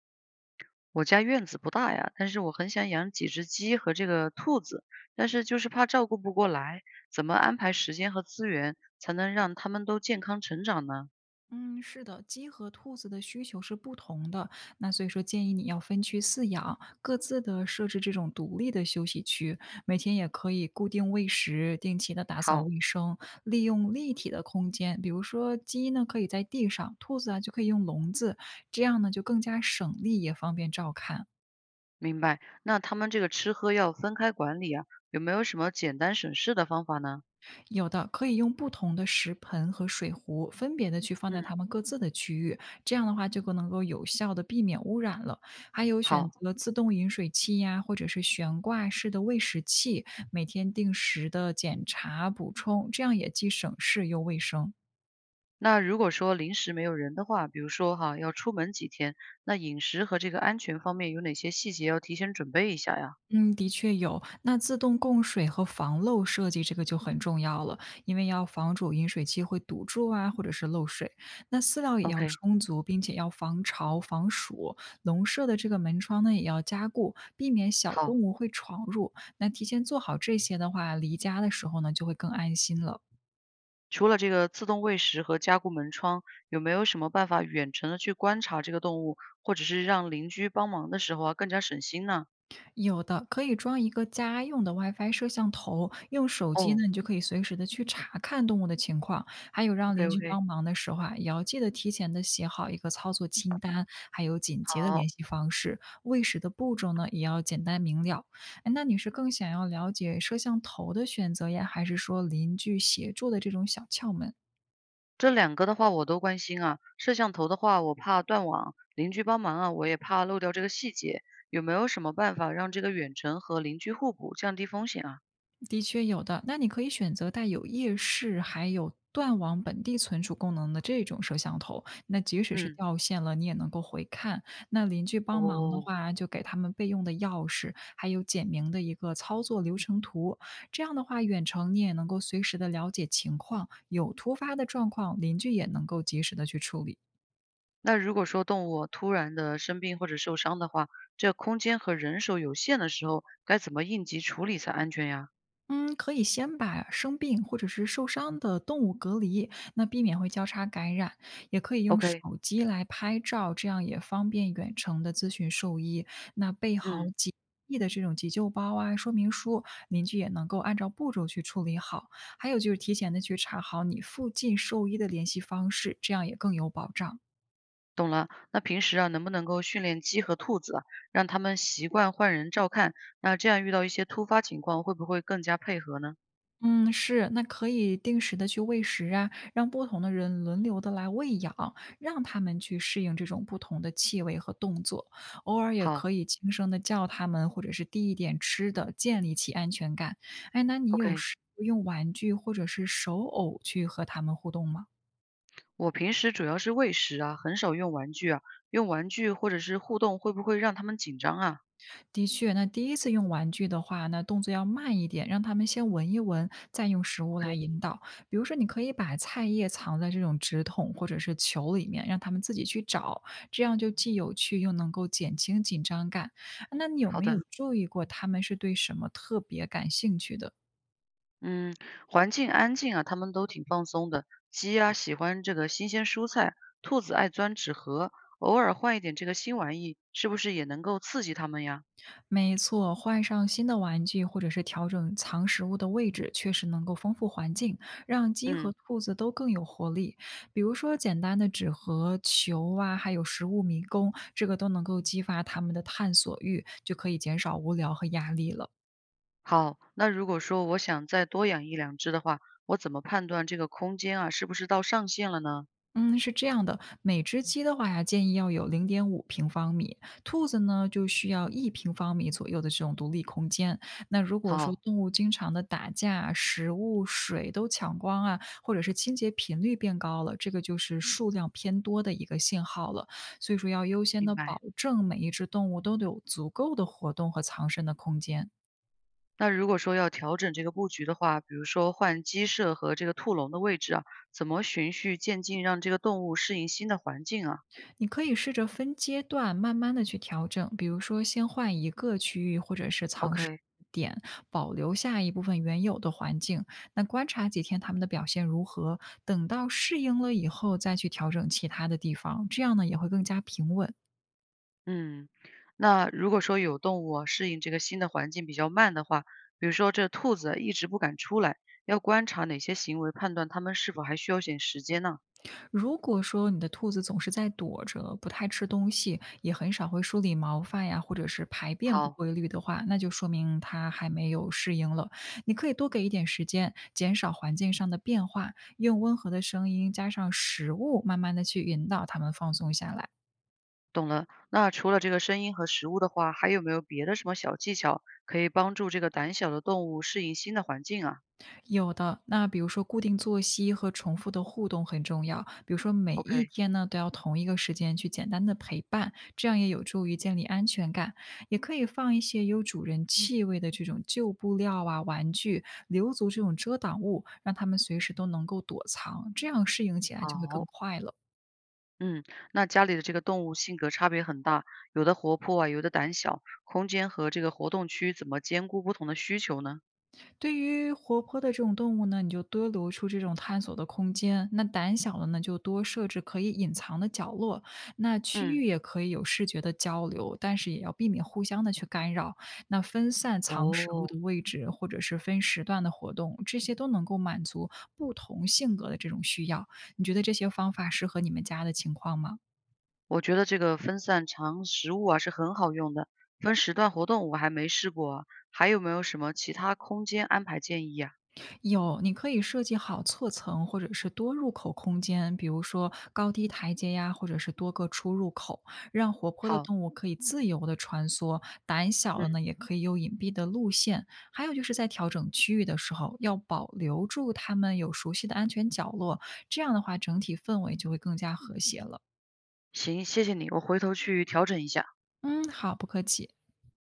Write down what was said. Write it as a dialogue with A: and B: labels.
A: 我家院子不大呀，但是我很想养几只鸡和这个兔子，但是就是怕照顾不过来，怎么安排时间和资源才能让它们都健康成长呢？
B: 嗯，是的，鸡和兔子的需求是不同的，那所以说建议你要分区饲养，各自的设置这种独立的休息区，每天也可以固定喂食，定期的打扫
A: 好，
B: 卫生，利用立体的空间，比如说鸡呢可以在地上，兔子啊就可以用笼子，这样呢就更加省力也方便照看。
A: 明白。那他们这个吃喝要分开管理啊，有没有什么简单省事的方法呢？
B: 有的可以用不同的食盆和水壶分别的去放
A: 嗯，
B: 在它们各自的区域，这样的话就更能够有效的避免污染了。还有选
A: 好。
B: 择自动饮水器呀，或者是悬挂式的喂食器，每天定时的检查补充，这样也既省事又卫生。
A: 那如果说临时没有人的话，比如说哈，要出门几天，那饮食和这个安全方面有哪些细节要提前准备一下呀
B: 嗯，的确有。那自动供水和防漏设计这个就很重要了，因为要防止饮水机会堵住啊，或者是漏水。那饲料也要
A: ？OK，
B: 充足，并且要防潮、防暑。笼舍的这个门窗呢，也要加固，避免小动
A: 好。
B: 物会闯入。那提前做好这些的话，离家的时候呢，就会更安心了。
A: 除了这个自动喂食和加固门窗，有没有什么办法远程的去观察这个动物，或者是让邻居帮忙的时候啊，更加省心呢？
B: 有的，可以装一个家用的 WiFi 摄像头，用手机
A: 哦
B: 呢，你就可以随时的去查看动物的情况。还有让邻
A: ，OK
B: 居
A: OK，
B: 帮忙的时候啊，也要记得提前的写好一个操作清单，还有紧急的联
A: 好，
B: 系方式。喂食的步骤呢，也要简单明了。哎，那你是更想要了解摄像头的选择呀，还是说邻居协助的这种小窍门？
A: 这两个的话我都关心啊。摄像头的话，我怕断网；邻居帮忙啊，我也怕漏掉这个细节。有没有什么办法让这个远程和邻居互补，降低风险啊？
B: 的确有的，那你可以选择带有夜视，还有断网本地存储功能的这种摄像头，那即使是
A: 嗯，
B: 掉线了，你也能够回看。那邻居帮忙的
A: 哦，
B: 话，就给他们备用的钥匙，还有简明的一个操作流程图。这样的话，远程你也能够随时的了解情况，有突发的状况，邻居也能够及时的去处理。
A: 那如果说动物突然的生病或者受伤的话，这空间和人手有限的时候，该怎么应急处理才安全呀？
B: 嗯，可以先把生病或者是受伤的动物隔离，那避免会交叉感染。也可以用手
A: OK，
B: 机来拍照，这样也方便远程的咨询兽医。那备好
A: 嗯，
B: 几易的这种急救包啊、说明书，邻居也能够按照步骤去处理好。还有就是提前的去查好你附近兽医的联系方式，这样也更有保障。
A: 懂了。那平时啊，能不能够训练鸡和兔子啊，让它们习惯换人照看？那这样遇到一些突发情况，会不会更加配合呢？
B: 嗯，是，那可以定时的去喂食啊，让不同的人轮流的来喂养，让他们去适应这种不同的气味和动作。偶尔也
A: 好
B: 可以轻声的叫他们，或者是递一点吃的，建立起安全感。哎，那你有
A: ，OK。
B: 试过用玩具或者是手偶去和他们互动吗？
A: 我平时主要是喂食啊，很少用玩具啊。用玩具或者是互动，会不会让它们紧张啊？
B: 的确，那第一次用玩具的话，那动作要慢一点，让他们先闻一闻，再用食物来引导。比如说，你可以把菜叶藏在这种纸筒或者是球里面，让他们自己去找，这样就既有趣又能够减轻紧张感。那你有
A: 好
B: 没有
A: 的，
B: 注意过他们是对什么特别感兴趣的？
A: 嗯，环境安静啊，它们都挺放松的。鸡啊，喜欢这个新鲜蔬菜，兔子爱钻纸盒，偶尔换一点这个新玩意，是不是也能够刺激它们呀？
B: 没错，换上新的玩具或者是调整藏食物的位置，确实能够丰富环境，让鸡和
A: 嗯。
B: 兔子都更有活力。比如说，简单的纸盒、球啊，还有食物迷宫，这个都能够激发它们的探索欲，就可以减少无聊和压力了。
A: 好，那如果说我想再多养一两只的话，我怎么判断这个空间啊，是不是到上限了呢？
B: 嗯，是这样的，每只鸡的话呀，建议要有0.5平方米，兔子呢就需要1平方米左右的这种独立空间。那如果说
A: 好，
B: 动物经常的打架啊，食物、水都抢光啊，或者是清洁频率变高了，这个就是数量偏多的一个信号了。所以说要优先的
A: 明白。
B: 保证每一只动物都有足够的活动和藏身的空间。
A: 那如果说要调整这个布局的话，比如说换鸡舍和这个兔笼的位置啊，怎么循序渐进让这个动物适应新的环境啊
B: 你可以试着分阶段慢慢的去调整，比如说先换一个区域或者是藏尸
A: ？OK，
B: 点，保留下一部分原有的环境。那观察几天他们的表现如何，等到适应了以后再去调整其他的地方，这样呢也会更加平稳。
A: 嗯，那如果说有动物啊，适应这个新的环境比较慢的话，比如说这兔子啊一直不敢出来，要观察哪些行为判断它们是否还需要点时间呢？
B: 如果说你的兔子总是在躲着，不太吃东西，也很少会梳理毛发呀，或者是排便不
A: 好。
B: 规律的话，那就说明它还没有适应了。你可以多给一点时间，减少环境上的变化，用温和的声音加上食物，慢慢的去引导它们放松下来。
A: 懂了。那除了这个声音和食物的话，还有没有别的什么小技巧可以帮助这个胆小的动物适应新的环境啊
B: 有的，那比如说固定作息和重复的互动很重要。比如说每一
A: ？OK，
B: 天呢，都要同一个时间去简单的陪伴，这样也有助于建立安全感。也可以放一些有主人气味的这种旧布料啊、玩具，留足这种遮挡物，让他们随时都能够躲藏，这样适应起来就会更
A: 好，
B: 快乐。
A: 嗯，那家里的这个动物性格差别很大，有的活泼啊，有的胆小，空间和这个活动区怎么兼顾不同的需求呢？
B: 对于活泼的这种动物呢，你就多留出这种探索的空间；那胆小的呢，就多设置可以隐藏的角落。那区
A: 嗯，
B: 域也可以有视觉的交流，但是也要避免互相的去干扰。那分散藏食物
A: 哦，
B: 的位置，或者是分时段的活动，这些都能够满足不同性格的这种需要。你觉得这些方法适合你们家的情况吗？
A: 我觉得这个分散长食物啊是很好用的，分时段活动我还没试过啊，还有没有什么其他空间安排建议呀？
B: 有，你可以设计好错层或者是多入口空间，比如说高低台阶呀，或者是多个出入口，让活泼的
A: 好，
B: 动物可以自由的穿梭，胆小
A: 嗯，
B: 的呢也可以有隐蔽的路线。还有就是在调整区域的时候，要保留住它们有熟悉的安全角落，这样的话整体氛围就会更加和谐了。
A: 行，谢谢你，我回头去调整一下。
B: 嗯，好，不客气。